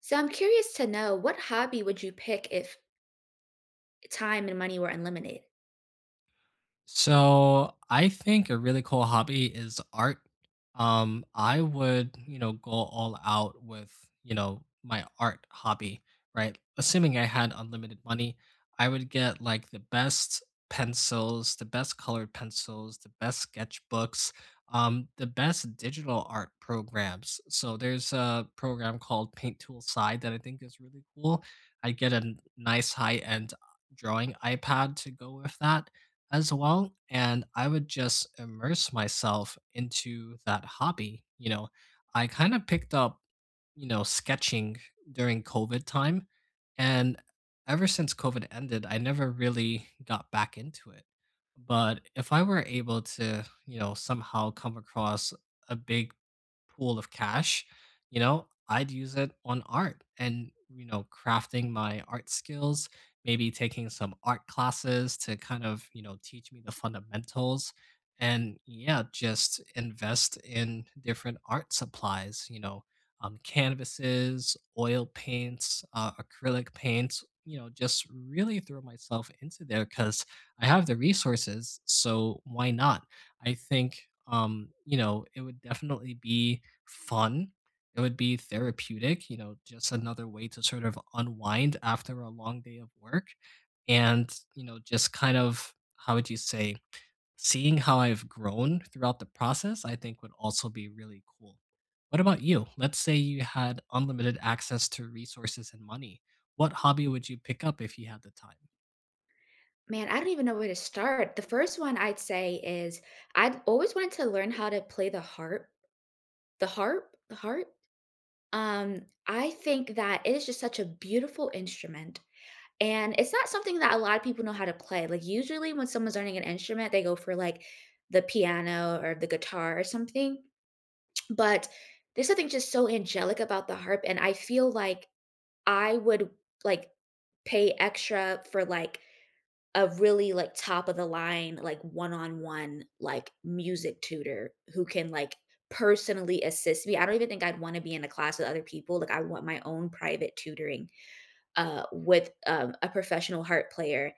So I'm curious to know, what hobby would you pick if time and money were unlimited? So I think a really cool hobby is art. I would, you know, go all out with, you know, my art hobby, right? Assuming I had unlimited money, I would get like the best pencils, the best colored pencils, the best sketchbooks, the best digital art programs. So there's a program called Paint Tool Side that I think is really cool. I get a nice high-end drawing iPad to go with that as well. And I would just immerse myself into that hobby. You know, I kind of picked up, you know, sketching during COVID time. And ever since COVID ended, I never really got back into it. But if I were able to, you know, somehow come across a big pool of cash, you know, I'd use it on art and, you know, crafting my art skills maybe taking some art classes to kind of, you know, teach me the fundamentals. And yeah, just invest in different art supplies, you know, canvases, oil paints, acrylic paints, you know, just really throw myself into there because I have the resources. So why not? I think, you know, it would definitely be fun it would be therapeutic, you know, just another way to sort of unwind after a long day of work. And, you know, just kind of, how would you say, seeing how I've grown throughout the process, I think would also be really cool. What about you? Let's say you had unlimited access to resources and money. What hobby would you pick up if you had the time? Man, I don't even know where to start. The first one I'd say is I'd always wanted to learn how to play the harp. The harp? The harp? I think that it is just such a beautiful instrument. And it's not something that a lot of people know how to play. Like, usually when someone's learning an instrument, they go for like the piano or the guitar or something. But there's something just so angelic about the harp, and I feel like I would, like, pay extra for, like, a really, like, top of the line, like, one-on-one, like, music tutor who can, like, personally assist me. I don't even think I'd wanna be in a class with other people. Like, I want my own private tutoring, with a professional harp player,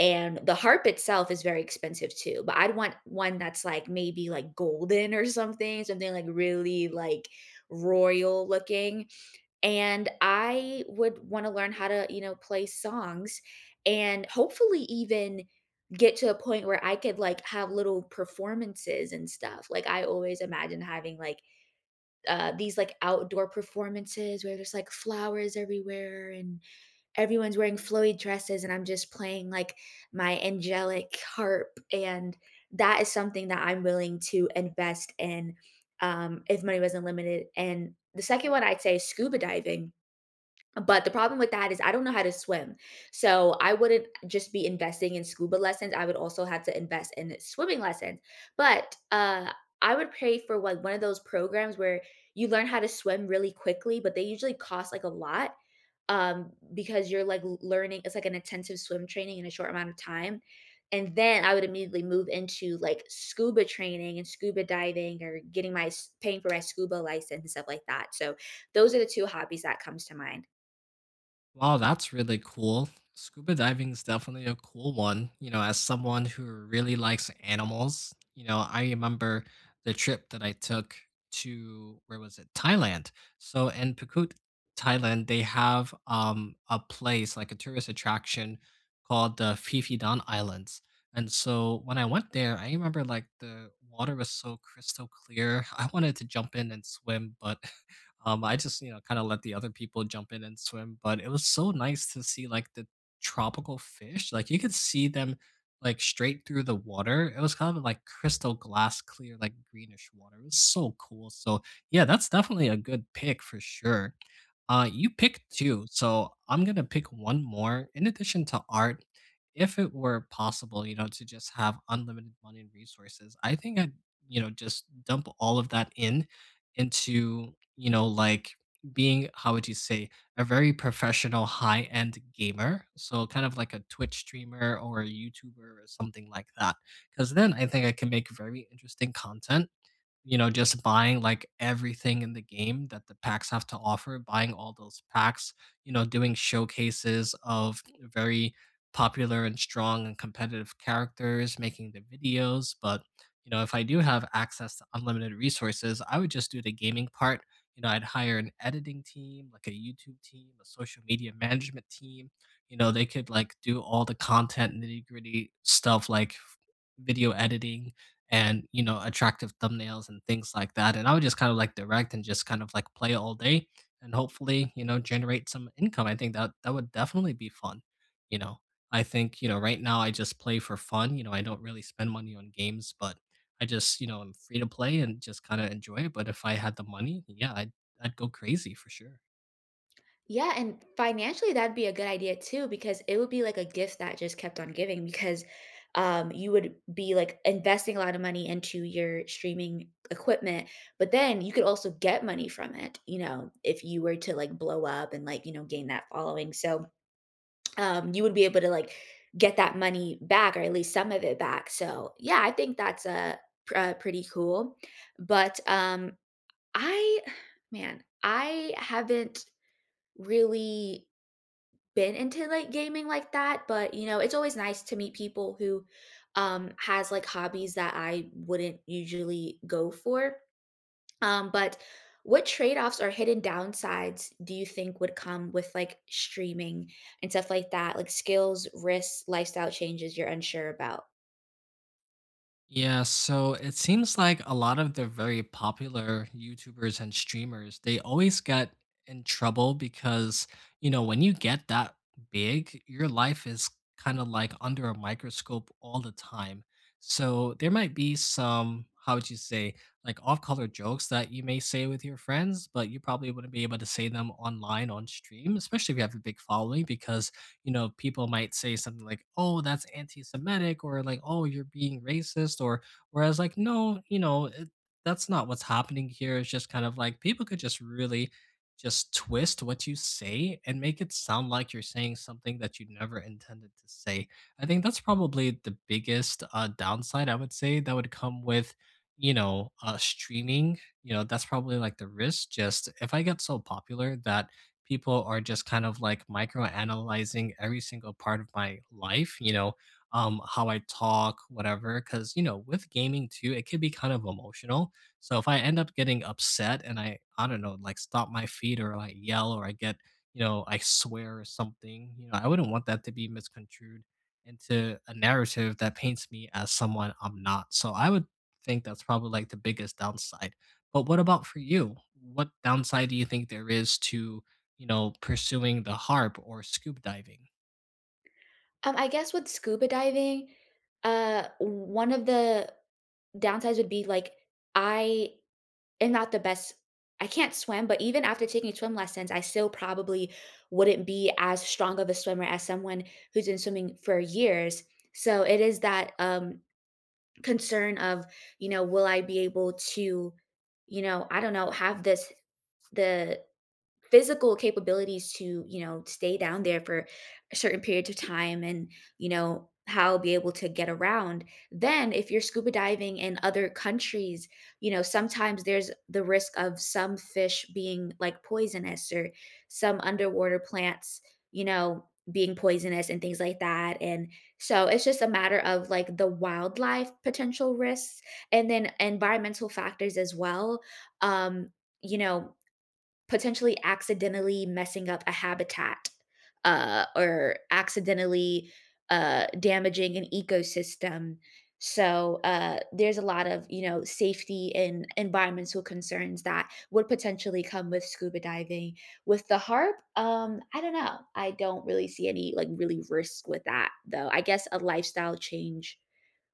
and the harp itself is very expensive too, but I'd want one that's, like, maybe, like, golden or something, something, like, really, like, royal looking. And I would wanna learn how to, you know, play songs and hopefully even get to a point where I could, like, have little performances and stuff. Like, I always imagine having, like, these, like, outdoor performances where there's, like, flowers everywhere, and everyone's wearing flowy dresses, and I'm just playing, like, my angelic harp. And that is something that I'm willing to invest in, if money wasn't limited. And the second one I'd say is scuba diving. But the problem with that is I don't know how to swim. So I wouldn't just be investing in scuba lessons. I would also have to invest in swimming lessons. But I would pay for, like, one of those programs where you learn how to swim really quickly, but they usually cost, like, a lot, because you're like learning. It's like an intensive swim training in a short amount of time. And then I would immediately move into, like, scuba training and scuba diving, or getting my paying for my scuba license and stuff like that. So those are the two hobbies that comes to mind. Wow, that's really cool. Scuba diving is definitely a cool one. You know, as someone who really likes animals, you know, I remember the trip that I took to where was it? Thailand. So in Phuket, Thailand, they have a place like a tourist attraction called the Phi Phi Don Islands. And so when I went there, I remember like the water was so crystal clear. I wanted to jump in and swim, but I just, you know, kind of let the other people jump in and swim. But it was so nice to see like the tropical fish. Like you could see them like straight through the water. It was kind of like crystal glass clear, like greenish water. It was so cool. So yeah, that's definitely a good pick for sure. You picked two, so I'm gonna pick one more. In addition to art, if it were possible, you know, to just have unlimited money and resources, I think I'd, you know, just dump all of that in into, you know, like being, how would you say, a very professional high end gamer. So, kind of like a Twitch streamer or a YouTuber or something like that. Because then I think I can make very interesting content you know just buying like everything in the game that the packs have to offer buying all those packs you know doing showcases of very popular and strong and competitive characters making the videos but you know, if I do have access to unlimited resources, I would just do the gaming part. You know, I'd hire an editing team, like a YouTube team, a social media management team. You know, they could like do all the content nitty gritty stuff like video editing and, you know, attractive thumbnails and things like that. And I would just kind of like direct and just kind of like play all day and hopefully, you know, generate some income. I think that that would definitely be fun, you know. I think, you know, right now I just play for fun. You know, I don't really spend money on games, but I just, you know, I'm free to play and just kinda enjoy it, but if I had the money, yeah, I'd go crazy for sure. Yeah, and financially that'd be a good idea too, because it would be like a gift that just kept on giving. Because you would be, like, investing a lot of money into your streaming equipment, but then you could also get money from it, you know, if you were to, like, blow up and, like, you know, gain that following. So, you would be able to, like, get that money back, or at least some of it back. So, yeah, I think that's a pretty cool. But I man, I haven't really been into like gaming like that, but you know, it's always nice to meet people who has like hobbies that I wouldn't usually go for. But what trade-offs or hidden downsides do you think would come with, like, streaming and stuff like that? Like, skills, risks, lifestyle changes you're unsure about? Yeah, so it seems like a lot of the very popular YouTubers and streamers, they always get in trouble because, you know, when you get that big, your life is kind of like under a microscope all the time. So there might be some, how would you say, like off-color jokes that you may say with your friends, but you probably wouldn't be able to say them online on stream, especially if you have a big following because you know, people might say something like, "Oh, that's anti-Semitic," or like, "Oh, you're being racist," or whereas like, no, you know, that's not what's happening here. It's just kind of like people could just really just twist what you say and make it sound like you're saying something that you never intended to say. I think that's probably the biggest downside I would say that would come with, you know, streaming. You know, that's probably like the risk. Just if I get so popular that people are just kind of like micro analyzing every single part of my life, you know, how I talk, whatever. Cause, you know, with gaming too, it can be kind of emotional. So if I end up getting upset and I don't know, like stop my feet or like yell or I get, you know, I swear or something, you know, I wouldn't want that to be misconstrued into a narrative that paints me as someone I'm not. So I would think that's probably like the biggest downside. But what about for you? What downside do you think there is to you know, pursuing the harp or scuba diving. I guess with scuba diving, one of the downsides would be, like, I And not the best I can't swim, but even after taking swim lessons, I still probably wouldn't be as strong of a swimmer as someone who's been swimming for years. So it is that, concern of, you know, will I be able to, you know, I don't know, have this the physical capabilities to, you know, stay down there for certain periods of time, and, you know, how be able to get around. Then if you're scuba diving in other countries, you know, sometimes there's the risk of some fish being like poisonous, or some underwater plants, you know, being poisonous and things like that. And so it's just a matter of, like, the wildlife potential risks, and then environmental factors as well. um you know, potentially accidentally messing up a habitat, or accidentally, damaging an ecosystem. So, there's a lot of, you know, safety and environmental concerns that would potentially come with scuba diving. With the harp, I don't know. I don't really see any, like, really risk with that, though. I guess a lifestyle change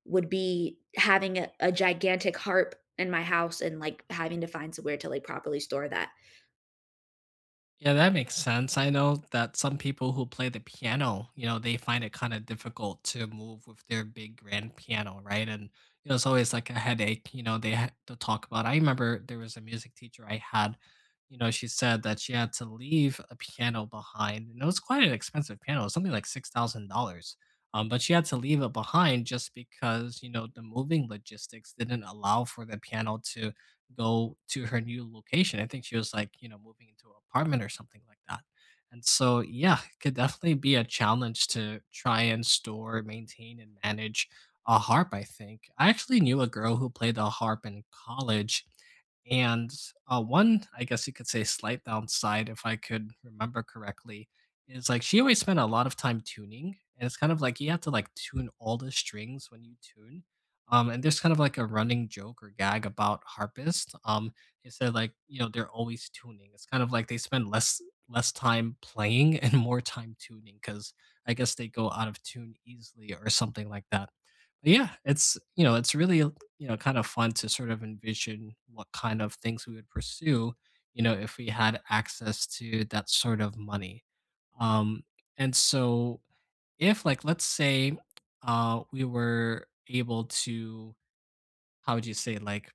would be having a gigantic harp in my house, and, like, having to find somewhere to, like, properly store that. Yeah, that makes sense. I know that some people who play the piano, you know, they find it kind of difficult to move with their big grand piano, right? And you know, it's always like a headache. You know, they had to talk about. I remember there was a music teacher I had. You know, she said that she had to leave a piano behind, and it was quite an expensive piano, it was something like $6,000. But she had to leave it behind just because you know the moving logistics didn't allow for the piano to go to her new location. I think she was like, you know, moving into an apartment or something like that. And so, yeah, it could definitely be a challenge to try and store, maintain, and manage a harp. I think I actually knew a girl who played the harp in college, and one, I guess you could say, slight downside, if I could remember correctly, is like she always spent a lot of time tuning. And it's kind of like you have to like tune all the strings when you tune. And there's kind of like a running joke or gag about harpists. It said like you know they're always tuning. It's kind of like they spend less time playing and more time tuning because I guess they go out of tune easily or something like that. But yeah, it's you know it's really you know kind of fun to sort of envision what kind of things we would pursue. You know, if we had access to that sort of money. Um, and so if like let's say, we were able to, how would you say, like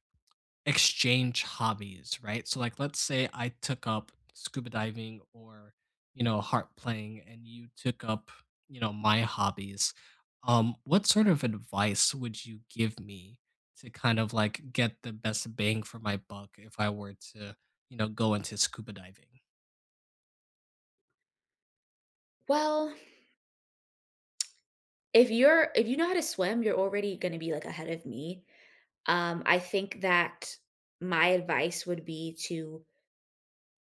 exchange hobbies, right? So like let's say I took up scuba diving or, you know, harp playing and you took up, you know, my hobbies. What sort of advice would you give me to kind of like get the best bang for my buck if I were to, you know, go into scuba diving? Well, if you're if you know how to swim, you're already gonna be, like, ahead of me. I think that my advice would be to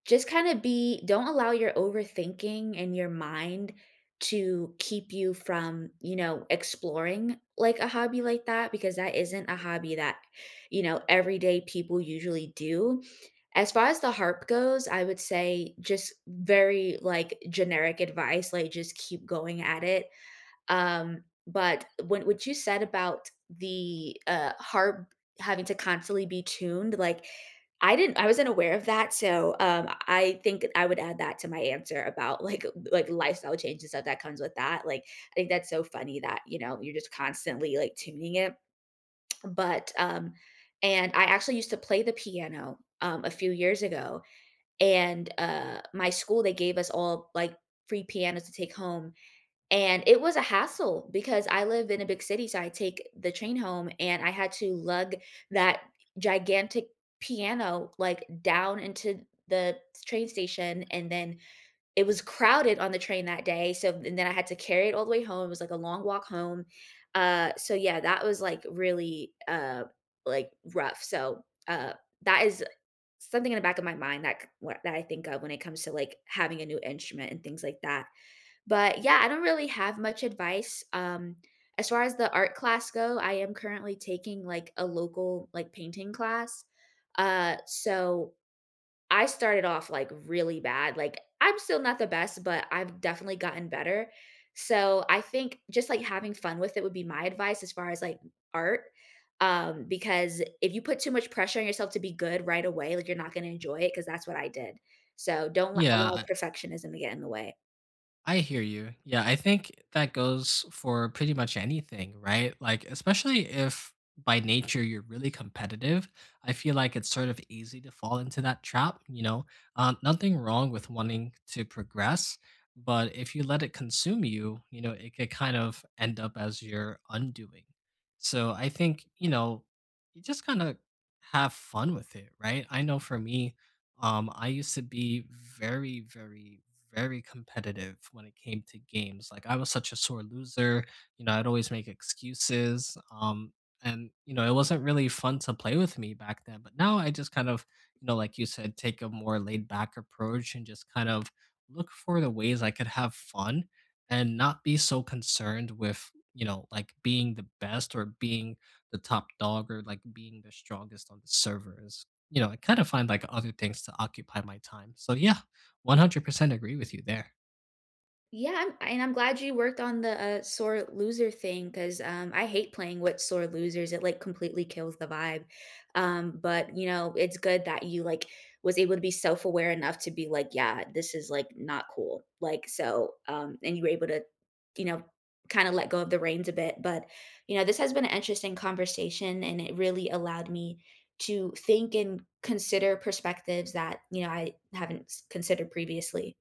just kinda be don't allow your overthinking and your mind to keep you from, you know, exploring, like, a hobby like that, because that isn't a hobby that, you know, everyday people usually do. As far as the harp goes, I would say just very, like, generic advice, like, just keep going at it. But when what you said about the, harp having to constantly be tuned, like, I wasn't aware of that, so, I think I would add that to my answer about, like, lifestyle change and stuff that comes with that. Like, I think that's so funny that, you know, you're just constantly, like, tuning it. But, and I actually used to play the piano, a few years ago, and, my school, they gave us all, like, free pianos to take home, and it was a hassle because I live in a big city, so I take the train home, and I had to lug that gigantic piano, like, down into the train station, and then it was crowded on the train that day. So, and then I had to carry it all the way home. It was like a long walk home. So yeah, that was, like, really like rough. So that is something in the back of my mind that that I think of when it comes to, like, having a new instrument and things like that. But yeah, I don't really have much advice. As far as the art class go, I am currently taking like a local like painting class. So I started off, like, really bad. Like, I'm still not the best, but I've definitely gotten better. So I think just, like, having fun with it would be my advice as far as, like, art. Because if you put too much pressure on yourself to be good right away, like, you're not going to enjoy it, because that's what I did. So don't let- allow Yeah, perfectionism to get in the way. I hear you. Yeah, I think that goes for pretty much anything, right? Like, especially if by nature you're really competitive, I feel like it's sort of easy to fall into that trap. You know, nothing wrong with wanting to progress, but if you let it consume you, you know, it could kind of end up as your undoing. So I think, you know, you just kind of have fun with it, right? I know for me, I used to be very competitive when it came to games. Like I was such a sore loser, you know, I'd always make excuses. And you know, it wasn't really fun to play with me back then, but now I just kind of, you know, like you said, take a more laid back approach and just kind of look for the ways I could have fun and not be so concerned with, you know, like being the best or being the top dog or like being the strongest on the servers. You know, I kind of find like other things to occupy my time. So yeah, 100% agree with you there. Yeah, I'm and I'm glad you worked on the, sore loser thing, 'cause, I hate playing with sore losers. It, like, completely kills the vibe. But, you know, it's good that you, like, was able to be self-aware enough to be like, "Yeah, this is, like, not cool," like. So, and you were able to, you know, kinda let go of the reins a bit. But, you know, this has been an interesting conversation, and it really allowed me to think and consider perspectives that, you know, I haven't s considered previously.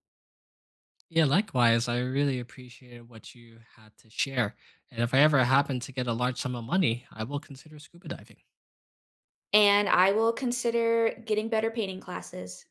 Yeah, likewise, I really appreciated what you had to share. And if I ever happen to get a large sum of money, I will consider scuba diving. And I will consider getting better painting classes.